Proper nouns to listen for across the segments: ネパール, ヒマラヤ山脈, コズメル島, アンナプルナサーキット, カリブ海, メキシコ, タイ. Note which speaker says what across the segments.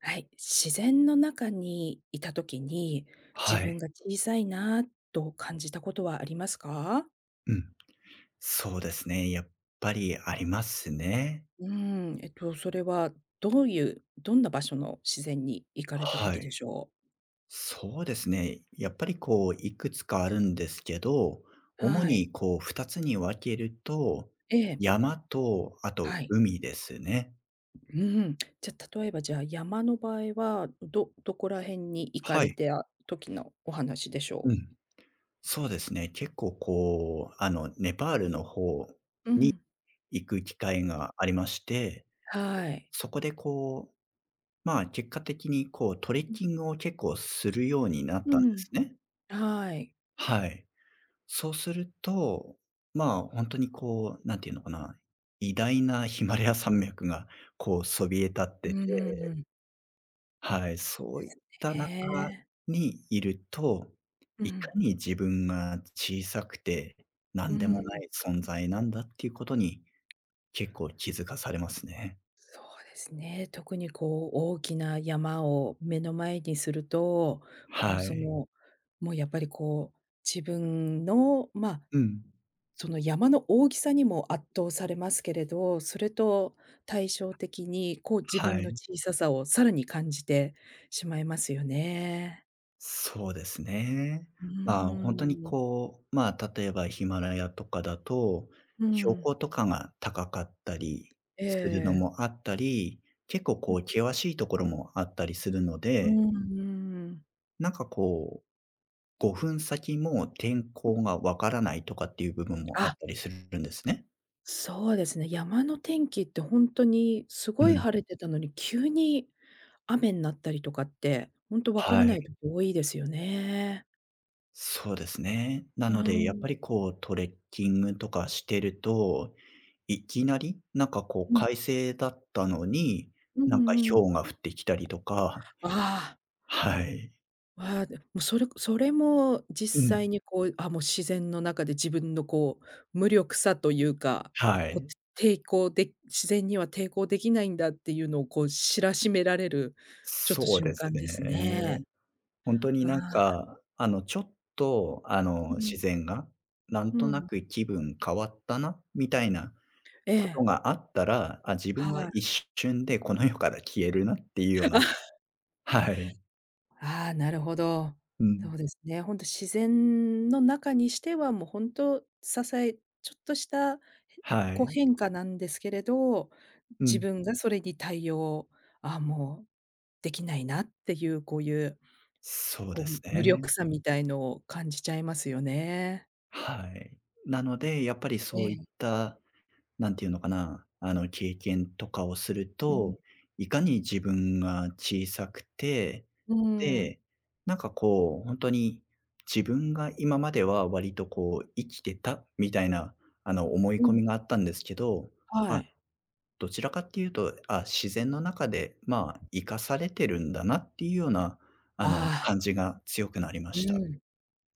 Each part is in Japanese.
Speaker 1: はい、自然の中にいた時に、自
Speaker 2: は
Speaker 1: 分
Speaker 2: い。
Speaker 1: が小さいなと感じたことはありますか？
Speaker 2: うん。そうですね。やっぱりありますね。
Speaker 1: うーん、それはどういう、どんな場所の自然に行かれた
Speaker 2: は
Speaker 1: 時で
Speaker 2: い。
Speaker 1: しょう？
Speaker 2: そうですね。やっぱりこう、いくつかあるんですけど、主
Speaker 1: はい。
Speaker 2: にこう、2つに分けると、
Speaker 1: ええ、
Speaker 2: 山と、あと
Speaker 1: はい。
Speaker 2: 海ですね。
Speaker 1: うーん。じゃあ、例えば、じゃあ、山の場合は、どこら辺に行か
Speaker 2: は
Speaker 1: れ
Speaker 2: い。
Speaker 1: て時のお話でし
Speaker 2: う
Speaker 1: ょ
Speaker 2: ん。
Speaker 1: う？
Speaker 2: そうですね。結構こう、ネパールの方
Speaker 1: うん。
Speaker 2: 行く機会がありまして、
Speaker 1: はい。
Speaker 2: そこでこう、まあ結果的にこう、トレッキングを結構するようになっ
Speaker 1: う
Speaker 2: たんで
Speaker 1: ん、
Speaker 2: すね。
Speaker 1: はい。
Speaker 2: はい。そうすると、まあ、本当にこう、なんていうのかな、偉大なヒマラヤ山脈がこうそびえ立っ
Speaker 1: う
Speaker 2: てて、
Speaker 1: んん。
Speaker 2: はい、
Speaker 1: す
Speaker 2: そういった中
Speaker 1: ね。
Speaker 2: にいると、
Speaker 1: う
Speaker 2: いか
Speaker 1: ん。
Speaker 2: に自分が小さくて、な
Speaker 1: う
Speaker 2: んでもな
Speaker 1: ん。
Speaker 2: い存在なんだっていうことに結構気づかされますね。
Speaker 1: そうですね。特にこう大きな山を目の前にすると、こう
Speaker 2: は
Speaker 1: そ
Speaker 2: い。
Speaker 1: の、もうやっぱりこう、自分の、まあ、
Speaker 2: うん。
Speaker 1: その山の大きさにも圧倒されますけれど、それと対照的にこう自
Speaker 2: は
Speaker 1: 分の
Speaker 2: い。
Speaker 1: 小ささをさらに感じてしまいますよね。
Speaker 2: そうですね。
Speaker 1: う
Speaker 2: まあ、
Speaker 1: ー
Speaker 2: 本当に
Speaker 1: ん。
Speaker 2: こう、まあ、例えばヒマラヤとかだと、
Speaker 1: う
Speaker 2: 標
Speaker 1: ん。
Speaker 2: 高とかが高かったり
Speaker 1: え
Speaker 2: するの
Speaker 1: え。
Speaker 2: もあったり、結構こ
Speaker 1: う
Speaker 2: う険しいところもあったりするの
Speaker 1: ん、う
Speaker 2: で、
Speaker 1: んうん。
Speaker 2: なんかこう、5分先も天候がわからないとかっていう部分もあっ
Speaker 1: あ
Speaker 2: たりするんですね。
Speaker 1: そうですね、山の天気って本当にす
Speaker 2: う
Speaker 1: ごい
Speaker 2: ん。
Speaker 1: 晴れてたのに、急に雨になったりとかって、本当わから
Speaker 2: は
Speaker 1: な
Speaker 2: い。
Speaker 1: い時多いですよね。
Speaker 2: そうですね。な
Speaker 1: う
Speaker 2: のでやっ
Speaker 1: ん。
Speaker 2: ぱりこうトレッキングとかしてると、いきなり、なんかこう
Speaker 1: うん。
Speaker 2: 快晴だったのに、
Speaker 1: う
Speaker 2: なんか
Speaker 1: んうん。
Speaker 2: 雹が降ってきたりとか、
Speaker 1: あ
Speaker 2: はい。
Speaker 1: あ、わあ、でもそれも
Speaker 2: う
Speaker 1: 実
Speaker 2: ん。
Speaker 1: 際にこう、あ、もう自然の中で自分のこう、無力さというか、
Speaker 2: は
Speaker 1: こう、
Speaker 2: い。
Speaker 1: 抵抗で自然には抵抗できないんだっていうのをこう知らしめられる、ちょっと
Speaker 2: そう
Speaker 1: 瞬
Speaker 2: です
Speaker 1: 間ですね。
Speaker 2: ね。ほんとに
Speaker 1: あ
Speaker 2: なん
Speaker 1: あ、
Speaker 2: か、ちょっと、
Speaker 1: うん、
Speaker 2: 自然が、なん
Speaker 1: う
Speaker 2: とな
Speaker 1: ん。
Speaker 2: く気分変わったな、みたいな
Speaker 1: え
Speaker 2: こと
Speaker 1: え、
Speaker 2: があったら、あ、自分
Speaker 1: は
Speaker 2: は
Speaker 1: い。
Speaker 2: 一瞬でこの世から消えるなっていうような。 はい。
Speaker 1: ああ、なるほど。
Speaker 2: う
Speaker 1: そ
Speaker 2: ん。
Speaker 1: うですね。本当自然の中にしては、もう本当と、ちょっとした、
Speaker 2: は
Speaker 1: こう、
Speaker 2: い。
Speaker 1: 変化なんですけれど、
Speaker 2: う
Speaker 1: 自
Speaker 2: ん。
Speaker 1: 分がそれに対応、ああ、もうできないなっていう、こういう、
Speaker 2: そう
Speaker 1: こ
Speaker 2: で
Speaker 1: う、
Speaker 2: す
Speaker 1: 無
Speaker 2: ね。
Speaker 1: 力さみたいのを感じちゃいますよね。
Speaker 2: はい。なので、やっぱり
Speaker 1: え
Speaker 2: そうい
Speaker 1: え。
Speaker 2: ったなんていうのかな、経験とかをする
Speaker 1: うん。
Speaker 2: と、いかに自分が小さくて、
Speaker 1: うん。
Speaker 2: で、なんかこう、本当に自分が今までは割とこう生きてたみたいな、思い
Speaker 1: う
Speaker 2: 込
Speaker 1: ん、
Speaker 2: みがあったんですけど、
Speaker 1: は
Speaker 2: あ、
Speaker 1: い。
Speaker 2: どちらかっていうと、あ、自然の中で、まあ、生かされてるんだなっていうような、
Speaker 1: ああ、
Speaker 2: 感じが強くなりま
Speaker 1: う
Speaker 2: した。
Speaker 1: ん。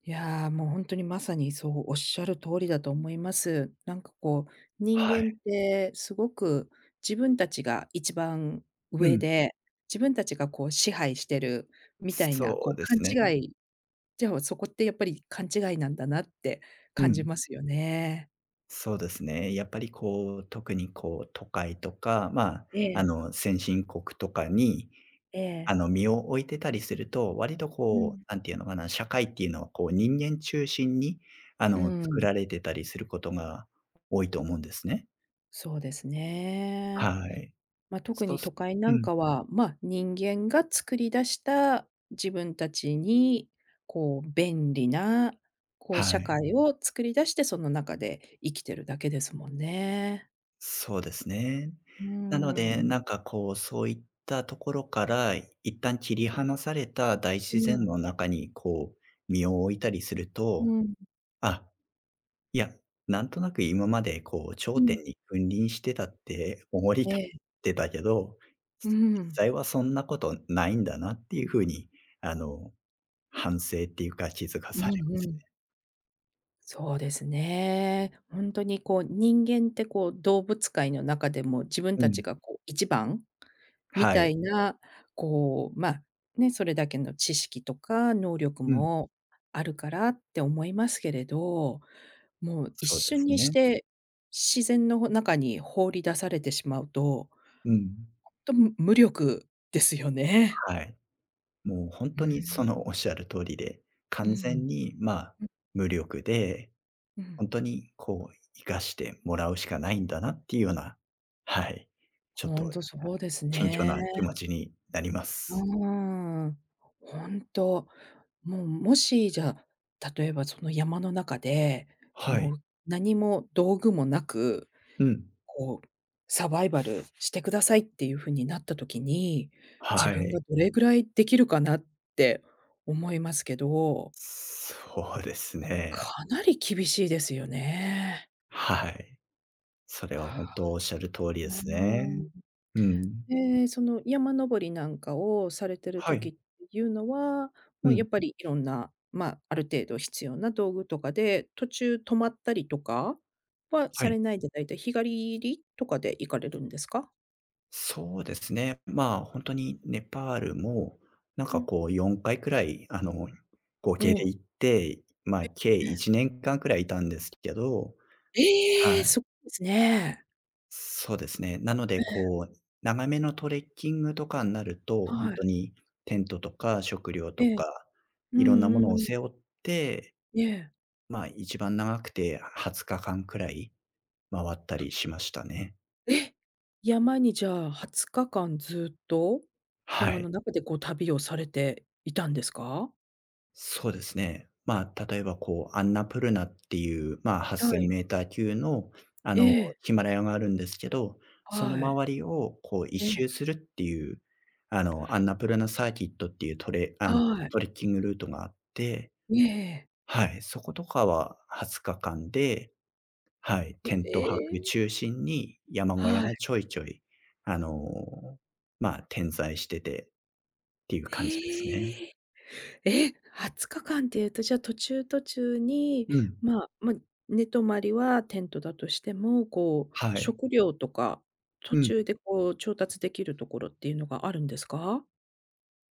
Speaker 1: いやー、もう本当にまさにそうおっしゃる通りだと思います。なんかこう、人
Speaker 2: は
Speaker 1: 間
Speaker 2: い。
Speaker 1: ってすごく自分たちが一番
Speaker 2: う
Speaker 1: 上
Speaker 2: ん。
Speaker 1: で、自分たちがこう支配してるみたいな、
Speaker 2: そ
Speaker 1: こ
Speaker 2: う
Speaker 1: う
Speaker 2: で
Speaker 1: 勘
Speaker 2: すね。
Speaker 1: 違いじゃあそこってやっぱり勘違いなんだなって
Speaker 2: う
Speaker 1: 感じ
Speaker 2: ん。
Speaker 1: ますよね。
Speaker 2: そうですね。やっぱりこう、特にこう、都会とか、まあ、
Speaker 1: ええ、
Speaker 2: 先進国とかに、
Speaker 1: ええ。
Speaker 2: 身を置いてたりすると、割と
Speaker 1: う
Speaker 2: こう、
Speaker 1: ん。
Speaker 2: なんていうのかな、社会っていうのはこう、人間中心に、
Speaker 1: う
Speaker 2: 作
Speaker 1: ん、
Speaker 2: られてたりすることが多いと思うんですね。
Speaker 1: そうですね。
Speaker 2: はい。
Speaker 1: まあ、特
Speaker 2: そう
Speaker 1: に都
Speaker 2: す
Speaker 1: 会な
Speaker 2: う
Speaker 1: ん
Speaker 2: ん。
Speaker 1: かは、まあ、人間が作り出した自分たちに、こう、便利な、こう、
Speaker 2: は
Speaker 1: 社
Speaker 2: い。
Speaker 1: 会を作り出して、その中で生きてるだけですもんね。
Speaker 2: そうですね。
Speaker 1: うー
Speaker 2: なので、
Speaker 1: ん。
Speaker 2: なんかこう、そういったところから、一旦切り離された大
Speaker 1: う
Speaker 2: 自然
Speaker 1: ん、
Speaker 2: の中に、こう、身を置いたりする
Speaker 1: う
Speaker 2: と、
Speaker 1: ん、
Speaker 2: あいや、なんとなく今までこう
Speaker 1: う
Speaker 2: 頂
Speaker 1: ん。
Speaker 2: 点に君臨してたって思い
Speaker 1: え
Speaker 2: 立っ
Speaker 1: え、
Speaker 2: てたけど、
Speaker 1: う
Speaker 2: 実
Speaker 1: ん。
Speaker 2: 際はそんなことないんだなっていう風に、あの、反省っていうか気づか
Speaker 1: う
Speaker 2: されま
Speaker 1: んう
Speaker 2: す
Speaker 1: ん。
Speaker 2: ね。
Speaker 1: そうですね。ほんとにこう、人間ってこう、動物界の中でも自分
Speaker 2: う
Speaker 1: た
Speaker 2: ん。
Speaker 1: ちがこう、一番み
Speaker 2: は
Speaker 1: た
Speaker 2: い。
Speaker 1: いな、こう、まあ、ね、それだけの知識とか能力
Speaker 2: うん。
Speaker 1: もあるからって思いますけれど、もう一
Speaker 2: そうで
Speaker 1: 瞬
Speaker 2: す
Speaker 1: にし
Speaker 2: ね。
Speaker 1: て自然の中に放り出されてしまうと、
Speaker 2: うん。
Speaker 1: と、無力ですよね。
Speaker 2: はい。もう本
Speaker 1: う
Speaker 2: 当にそ
Speaker 1: ん。
Speaker 2: のおっしゃる通りで、
Speaker 1: う
Speaker 2: 完
Speaker 1: ん。
Speaker 2: 全に、まあ、
Speaker 1: うん
Speaker 2: 無力で、
Speaker 1: うん。
Speaker 2: 本当にこう生かしてもらうしかないんだなっていうような、はい、ちょっ
Speaker 1: ほ
Speaker 2: と
Speaker 1: んとそうです
Speaker 2: 謙虚
Speaker 1: ね。
Speaker 2: な気持ちになりま
Speaker 1: う
Speaker 2: す。
Speaker 1: ーん。ほんと、もう、もし、じゃあ、例えばその山の中で、
Speaker 2: は
Speaker 1: も
Speaker 2: い。
Speaker 1: う何も道具もなく
Speaker 2: うん。
Speaker 1: こう、サバイバルしてくださいっていう風になった時に、自
Speaker 2: は
Speaker 1: 分が
Speaker 2: い。
Speaker 1: どれぐらいできるかなって思いますけど、
Speaker 2: そうですね。
Speaker 1: かなり厳しいですよね。
Speaker 2: はい。それは本
Speaker 1: あ
Speaker 2: 当おっしゃる通りですね。
Speaker 1: ん。
Speaker 2: うん。
Speaker 1: で、その山登りなんかをされてる
Speaker 2: は
Speaker 1: 時
Speaker 2: い。
Speaker 1: っていうのは、
Speaker 2: う
Speaker 1: もう
Speaker 2: ん。
Speaker 1: やっぱりいろんな、まあ、ある程度必要な道具とかで、途中止まったりとかは
Speaker 2: は
Speaker 1: さ
Speaker 2: い。
Speaker 1: れないで、だいたい日帰りとかで行かれるんですか？
Speaker 2: そうですね。まあ、本当にネパールも、なん
Speaker 1: う
Speaker 2: か
Speaker 1: ん。
Speaker 2: こう4回くらい、合
Speaker 1: お
Speaker 2: 計で
Speaker 1: お、
Speaker 2: 行って、まあ、計
Speaker 1: ええ。
Speaker 2: 1年間くらいいたんですけど。
Speaker 1: ええ、
Speaker 2: はい。
Speaker 1: すごいですね。
Speaker 2: そうですね。なので、
Speaker 1: ええ、
Speaker 2: こう、長めのトレッキングとかになると、本
Speaker 1: はい。
Speaker 2: 当にテントとか食料
Speaker 1: え
Speaker 2: と
Speaker 1: え。
Speaker 2: か、
Speaker 1: うん
Speaker 2: いろんなも
Speaker 1: うん
Speaker 2: のを
Speaker 1: うん。
Speaker 2: 背負って、
Speaker 1: ええ。
Speaker 2: まあ、一番長くて20日間くらい回ったりしましたね。
Speaker 1: え！山にじゃあ20日間ずっと、
Speaker 2: は
Speaker 1: 山
Speaker 2: い。
Speaker 1: の中でこう旅をされていたんですか？
Speaker 2: そうですね。まあ、例えばこう、アンナプルナっていう、まあ、
Speaker 1: は
Speaker 2: 8,000
Speaker 1: い。
Speaker 2: メーター級の、あ
Speaker 1: え
Speaker 2: の、
Speaker 1: え、
Speaker 2: ヒマラヤがあるんですけど、その
Speaker 1: はい。
Speaker 2: 周りをこう一
Speaker 1: ええ、
Speaker 2: 周するっていう、アンナプルナサーキットっていう
Speaker 1: はい。
Speaker 2: トレッキングルートがあって、
Speaker 1: ええええ。
Speaker 2: はい、そことかは20日間で、はい、テント泊
Speaker 1: ええ。
Speaker 2: 中心に山小屋
Speaker 1: はい。
Speaker 2: がちょいちょい、あの、まあ、点在しててっていう感じですね。
Speaker 1: ええ。え、20日間っていうと、じゃあ、途中途中に、
Speaker 2: うん。
Speaker 1: まあ、ま、寝泊まりはテントだとしても、こう、
Speaker 2: はい。
Speaker 1: 食料とか、途
Speaker 2: うん。
Speaker 1: 中でこう調達できるところっていうのがあるんですか？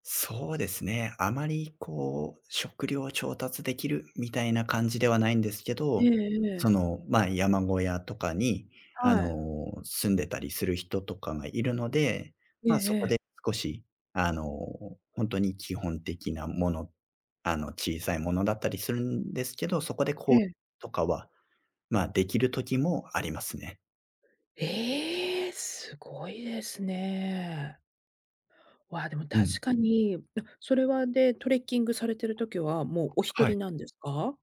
Speaker 2: そうですね。あまりこう、食料を調達できるみたいな感じではないんですけ
Speaker 1: ええ
Speaker 2: ど、そ
Speaker 1: ええ。
Speaker 2: の、まあ、山小屋とかに、あ
Speaker 1: は
Speaker 2: の、
Speaker 1: い。
Speaker 2: 住んでたりする人とかがいるので、
Speaker 1: ええ
Speaker 2: まあ、そこ
Speaker 1: え
Speaker 2: で
Speaker 1: え。
Speaker 2: 少し、あの、本当に基本的なもの、小さいものだったりするんですけど、そこで
Speaker 1: え
Speaker 2: こう
Speaker 1: え。
Speaker 2: とかは、まあ、できる時もありますね。
Speaker 1: ええ、すごいですね。わ、でも
Speaker 2: うん。
Speaker 1: 確かに、それは、トレッキングされてる時はもうお一
Speaker 2: はい。
Speaker 1: 人なんですか？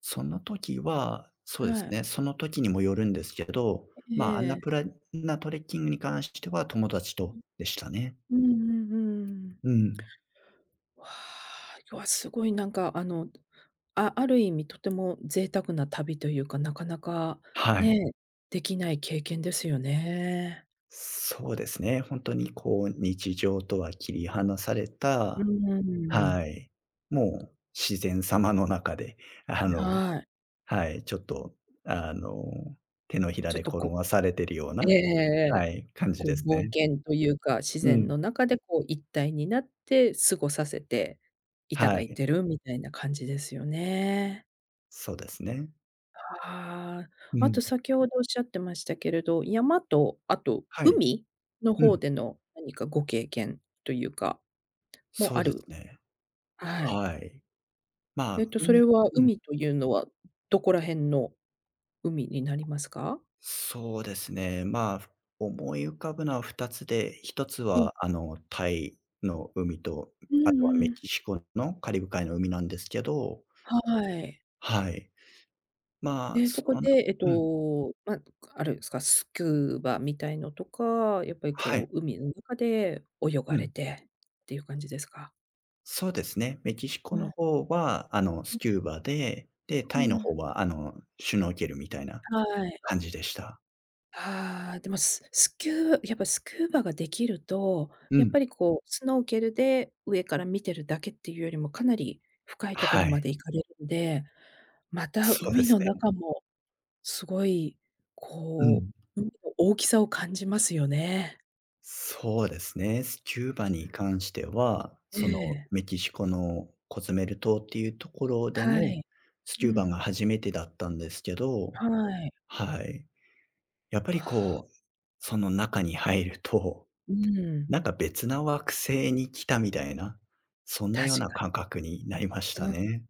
Speaker 2: その時は、そうです
Speaker 1: はい。
Speaker 2: ね、その時にもよるんですけど、
Speaker 1: え
Speaker 2: ま
Speaker 1: え
Speaker 2: あ、アンナ
Speaker 1: ええ。
Speaker 2: プラなトレッキングに関しては友達とでしたね。
Speaker 1: うんうんうん。
Speaker 2: うん。
Speaker 1: わあ、いや、すごいなんかあの、ある意味とても贅沢な旅というか、なかなか
Speaker 2: はい。
Speaker 1: ね、できない経験ですよね。
Speaker 2: そうですね、本当にこう日常とは切り離され
Speaker 1: うー
Speaker 2: た。は
Speaker 1: ん。
Speaker 2: い。もう自然様の中で、あの
Speaker 1: はい。
Speaker 2: はい、ちょっとあの、手のひら
Speaker 1: ちょ
Speaker 2: で
Speaker 1: っと
Speaker 2: 転
Speaker 1: こ
Speaker 2: がされてるよう
Speaker 1: うえ
Speaker 2: な、
Speaker 1: えええええ。
Speaker 2: はい、感じ
Speaker 1: こう
Speaker 2: です
Speaker 1: 冒
Speaker 2: ね。
Speaker 1: 険というか、自
Speaker 2: う
Speaker 1: 然
Speaker 2: ん。
Speaker 1: の中でこう一体になって過ごさせていた
Speaker 2: は
Speaker 1: だいて
Speaker 2: い。
Speaker 1: るみたいな感じですよね。
Speaker 2: そうですね。
Speaker 1: あ
Speaker 2: う
Speaker 1: あ、あ
Speaker 2: ん。
Speaker 1: と先ほどおっしゃってましたけれど、山とあと
Speaker 2: はい。
Speaker 1: 海の
Speaker 2: う
Speaker 1: 方
Speaker 2: ん。
Speaker 1: での何かご経験というか、も
Speaker 2: そ
Speaker 1: あ
Speaker 2: うです
Speaker 1: る
Speaker 2: ね。
Speaker 1: はい。
Speaker 2: はい。ま
Speaker 1: えっ
Speaker 2: あ、
Speaker 1: とそれ
Speaker 2: 海、
Speaker 1: は
Speaker 2: うん、
Speaker 1: 海というのはどこら辺の海になりますか？
Speaker 2: そうですね。まあ、思い浮かぶのは2つで、一つはタイの海と、
Speaker 1: うん
Speaker 2: あ
Speaker 1: う
Speaker 2: とは
Speaker 1: んう
Speaker 2: メ
Speaker 1: ん。
Speaker 2: キシコのカリブ海の海なんですけど、
Speaker 1: はい。
Speaker 2: はい。まあ、
Speaker 1: で、そ
Speaker 2: そ
Speaker 1: こ
Speaker 2: のな
Speaker 1: でえっ
Speaker 2: うん、
Speaker 1: と、ま、あるですか、スキューバみたいのとか、やっぱり
Speaker 2: はい、
Speaker 1: こう海の中で泳
Speaker 2: う
Speaker 1: がれ
Speaker 2: ん、
Speaker 1: てっていう感じですか？
Speaker 2: そうですね。メキシコ
Speaker 1: う
Speaker 2: の
Speaker 1: ん。
Speaker 2: 方は
Speaker 1: え
Speaker 2: スキ
Speaker 1: え、
Speaker 2: ューバで、で、
Speaker 1: う
Speaker 2: タイの
Speaker 1: ん。
Speaker 2: 方はシュノーケルみたいな
Speaker 1: はい。
Speaker 2: 感じでした。
Speaker 1: ああ、でも、ススキューやっぱスキューバができると、
Speaker 2: う
Speaker 1: やっ
Speaker 2: ん、
Speaker 1: ぱりこう、スノーケルで上から見てるだけっていうよりも、かなり深いとこ
Speaker 2: は
Speaker 1: ろま
Speaker 2: い、
Speaker 1: で行かれるんで、また
Speaker 2: そうで
Speaker 1: 海
Speaker 2: す
Speaker 1: の
Speaker 2: ね。
Speaker 1: 中もすごい、
Speaker 2: う
Speaker 1: こ
Speaker 2: ん。
Speaker 1: う、海の大きさを感じますよね。
Speaker 2: そうですね。スキューバ
Speaker 1: う
Speaker 2: に
Speaker 1: ん、
Speaker 2: 関しては、
Speaker 1: え
Speaker 2: その、
Speaker 1: え、
Speaker 2: メキシコのコズメル島っていうところで
Speaker 1: は
Speaker 2: の
Speaker 1: い。
Speaker 2: ス
Speaker 1: う
Speaker 2: キューバ
Speaker 1: ん、
Speaker 2: が初めてだったんですけど、
Speaker 1: はい。
Speaker 2: はい。やっぱ
Speaker 1: わ
Speaker 2: り
Speaker 1: あ
Speaker 2: こう、その中に入ると、
Speaker 1: うん、
Speaker 2: なんか別な惑星に来たみたいな、そんなよう
Speaker 1: 確
Speaker 2: な
Speaker 1: か
Speaker 2: 感
Speaker 1: に。
Speaker 2: 覚になりました
Speaker 1: うん。
Speaker 2: ね。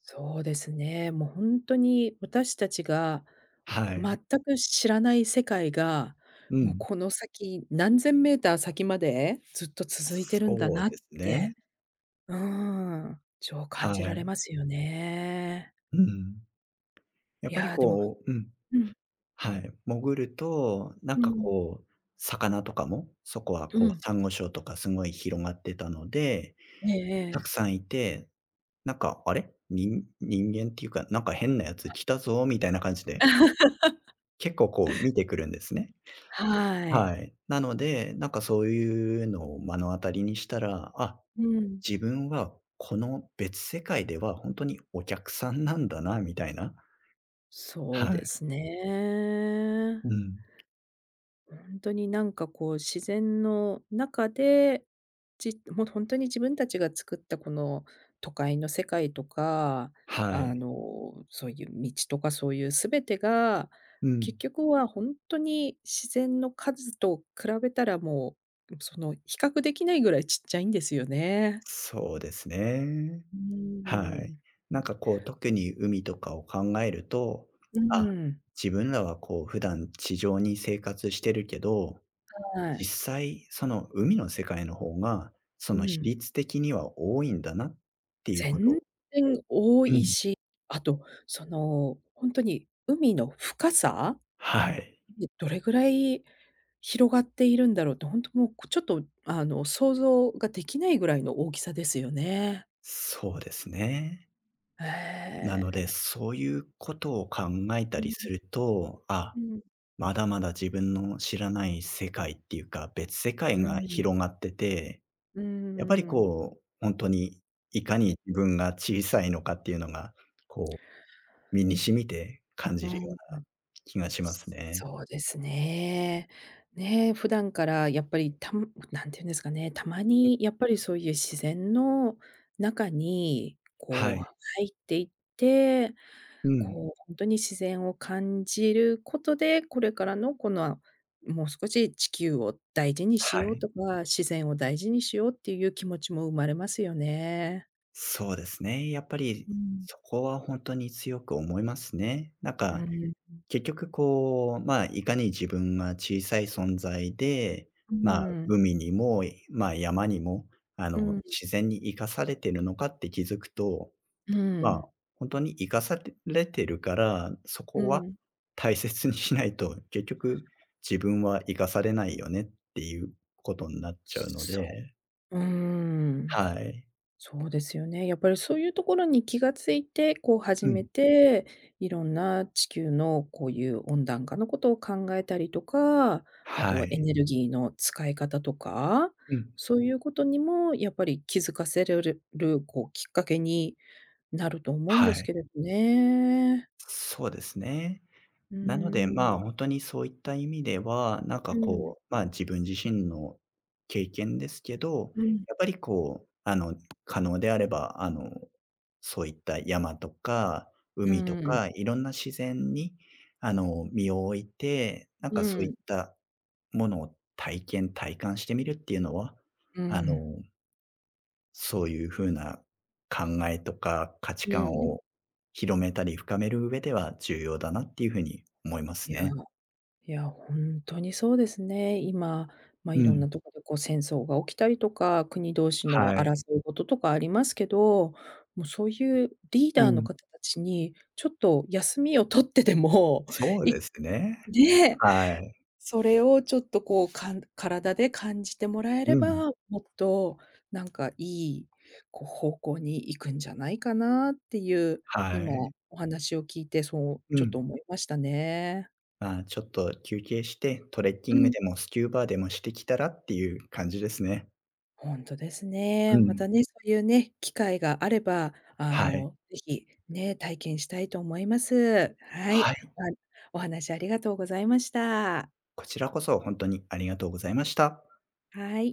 Speaker 1: そうですね。もう本当に私たちが
Speaker 2: はい。
Speaker 1: 全く知らない世界が、
Speaker 2: う
Speaker 1: もう
Speaker 2: ん。
Speaker 1: この先、何千メーター先までずっと続いてるんだ
Speaker 2: そう
Speaker 1: な
Speaker 2: で
Speaker 1: っ
Speaker 2: すね。
Speaker 1: て、うーん、そう
Speaker 2: は
Speaker 1: 感じら
Speaker 2: い。
Speaker 1: れますよね。
Speaker 2: うん。やっ
Speaker 1: い
Speaker 2: ぱり
Speaker 1: や、でも
Speaker 2: こう、うん。
Speaker 1: うん、
Speaker 2: はい、潜ると、なん
Speaker 1: う
Speaker 2: か
Speaker 1: ん、
Speaker 2: こう、魚とかも、そこは
Speaker 1: う
Speaker 2: こう、
Speaker 1: ん。
Speaker 2: サンゴ礁とかすごい広がってたので、
Speaker 1: ええ
Speaker 2: たく
Speaker 1: ええ
Speaker 2: さんいて、なんか、あれ、人間っていうか、なんか変なやつ来たぞみたいな感じで、結構こう見てくるんですね。
Speaker 1: は
Speaker 2: は
Speaker 1: い。
Speaker 2: い。なので、なんかそういうのを目の当たりにしたら、あ、
Speaker 1: うん。
Speaker 2: 自分はこの別世界では本当にお客さんなんだなみたいな。
Speaker 1: そう
Speaker 2: は
Speaker 1: で
Speaker 2: い。
Speaker 1: すね。
Speaker 2: うん。
Speaker 1: 本当になんかこう自然の中で、もう本当に自分たちが作ったこの都会の世界とか、
Speaker 2: は
Speaker 1: あ
Speaker 2: い。
Speaker 1: の、そういう道とかそういう全てが、
Speaker 2: うん。
Speaker 1: 結局は本当に自然の数と比べたらもう、その比較できないぐらいちっちゃいんですよね。
Speaker 2: そうですね。
Speaker 1: う
Speaker 2: は
Speaker 1: ー
Speaker 2: い。
Speaker 1: ん。
Speaker 2: なんかこう、特に海とかを考えると、
Speaker 1: う
Speaker 2: あ、
Speaker 1: ん。
Speaker 2: 自分らはこう、普段地上に生活してるけど、
Speaker 1: は
Speaker 2: 実
Speaker 1: い。
Speaker 2: 際その海の世界の方が、そ
Speaker 1: う
Speaker 2: の比
Speaker 1: ん。
Speaker 2: 率的には多いんだなっていうことを。
Speaker 1: 全然多
Speaker 2: う
Speaker 1: い
Speaker 2: ん、
Speaker 1: し、あとその、本当に海の深さ？
Speaker 2: はい。
Speaker 1: でどれぐらい広がっているんだろうって、ほんともう、ちょっと、あの、想像ができないぐらいの大きさですよね。
Speaker 2: そうですね。な
Speaker 1: え
Speaker 2: ので、
Speaker 1: え。
Speaker 2: そういうことを考えた
Speaker 1: う
Speaker 2: り
Speaker 1: ん、
Speaker 2: すると、あ、
Speaker 1: うん。
Speaker 2: まだまだ自分の知らない世界っていうか、別世界
Speaker 1: う
Speaker 2: が
Speaker 1: ん。
Speaker 2: 広がってて、
Speaker 1: うんう
Speaker 2: やっぱり
Speaker 1: んうん。
Speaker 2: こう、本当にいかに自分が小さいのかっていうのが、こう、身に染みて感
Speaker 1: う
Speaker 2: じるよ
Speaker 1: ん
Speaker 2: うな気がしますね。
Speaker 1: そうですね。ね、普段からやっぱりなんて言うんですかね、たま
Speaker 2: うん、
Speaker 1: にやっぱりそういう自然の中に
Speaker 2: は
Speaker 1: こ
Speaker 2: い。
Speaker 1: う入っていって、
Speaker 2: うん。
Speaker 1: こう本当に自然を感じることで、これからのこの、もう少し地球を大事にし
Speaker 2: は
Speaker 1: よう
Speaker 2: い。
Speaker 1: とか、自然を大事にしようっていう気持ちも生まれますよね。
Speaker 2: そうですね。やっぱり
Speaker 1: うん。
Speaker 2: そこは本当に強く思いますね。なん
Speaker 1: う
Speaker 2: か、
Speaker 1: ん。
Speaker 2: 結局こう、まあ、いかに自分が小さい存在で、
Speaker 1: う
Speaker 2: まあ、
Speaker 1: ん。
Speaker 2: 海にも、まあ、山にも、
Speaker 1: うん。
Speaker 2: 自然に生かされてるのかって気づくと、
Speaker 1: う
Speaker 2: まあ、
Speaker 1: ん。
Speaker 2: 本当に生かされてるから、そ
Speaker 1: う
Speaker 2: こは
Speaker 1: ん。
Speaker 2: 大切にしないと、結局自分は生かされないよねっていうことになっちゃうの
Speaker 1: そ
Speaker 2: で。
Speaker 1: う。うーん。
Speaker 2: はい。
Speaker 1: そうですよね。やっぱりそういうところに気がついて、こう始
Speaker 2: う
Speaker 1: め
Speaker 2: ん。
Speaker 1: て、いろんな地球のこういう温暖化のことを考えたりとか、あと
Speaker 2: は
Speaker 1: はエ
Speaker 2: い。
Speaker 1: ネルギーの使い方とか、
Speaker 2: うん。
Speaker 1: そういうことにもやっぱり気づかせれる、こうきっかけになると思うんで
Speaker 2: は
Speaker 1: す
Speaker 2: い。
Speaker 1: けれどね。
Speaker 2: そうですね。
Speaker 1: うー
Speaker 2: なので、ま
Speaker 1: ん。
Speaker 2: あ、本当にそういった意味では、なんか
Speaker 1: うん。
Speaker 2: こう、まあ、自分自身の経験ですけど、
Speaker 1: うん。
Speaker 2: やっぱりこう、可能であれば、そういった山とか
Speaker 1: う
Speaker 2: 海と
Speaker 1: ん。
Speaker 2: か、いろんな自然に、身を置いて、なん
Speaker 1: う
Speaker 2: かそういっ
Speaker 1: ん。
Speaker 2: たものを体験、体感してみるっていうのは、
Speaker 1: う
Speaker 2: あの、
Speaker 1: ん。
Speaker 2: そういう風な考えとか価値
Speaker 1: う
Speaker 2: 観
Speaker 1: ん。
Speaker 2: を広めたり深める上では重要だなっていう風に思います
Speaker 1: いや
Speaker 2: ね。
Speaker 1: いや、本当にそうですね。今、まあ、
Speaker 2: う
Speaker 1: いろん
Speaker 2: ん。
Speaker 1: なとこでこう戦争が起きたりとか、国同士の
Speaker 2: はい。
Speaker 1: 争い事とかありますけど、もうそういうリー
Speaker 2: う
Speaker 1: ダーの
Speaker 2: ん。
Speaker 1: 方たちに、ちょっと休みを取ってでも、
Speaker 2: そ う
Speaker 1: い
Speaker 2: ですね。
Speaker 1: ね、
Speaker 2: はい。
Speaker 1: それをちょっとこう、体で感じてもらえ
Speaker 2: う
Speaker 1: れば、
Speaker 2: ん。
Speaker 1: もっとなんかいい、こう方向に行くんじゃないかなっていう、
Speaker 2: は
Speaker 1: 今
Speaker 2: い。
Speaker 1: お話を聞いてそう
Speaker 2: う
Speaker 1: ちょっ
Speaker 2: ん。
Speaker 1: と思いましたね。
Speaker 2: まあ、ちょっと休憩して、トレッキ
Speaker 1: う
Speaker 2: ング
Speaker 1: ん。
Speaker 2: でもスキューバでもしてきたらっていう感じですね。
Speaker 1: ほんとです
Speaker 2: う
Speaker 1: ね。ま
Speaker 2: ん。
Speaker 1: たね、そういうね、機会があれば、あ
Speaker 2: はい。
Speaker 1: の、ぜひ、ね、体験したいと思います。は
Speaker 2: は
Speaker 1: い。
Speaker 2: い。
Speaker 1: お話ありがとうございました。
Speaker 2: こちらこそ本当にありがとうございました。
Speaker 1: はい。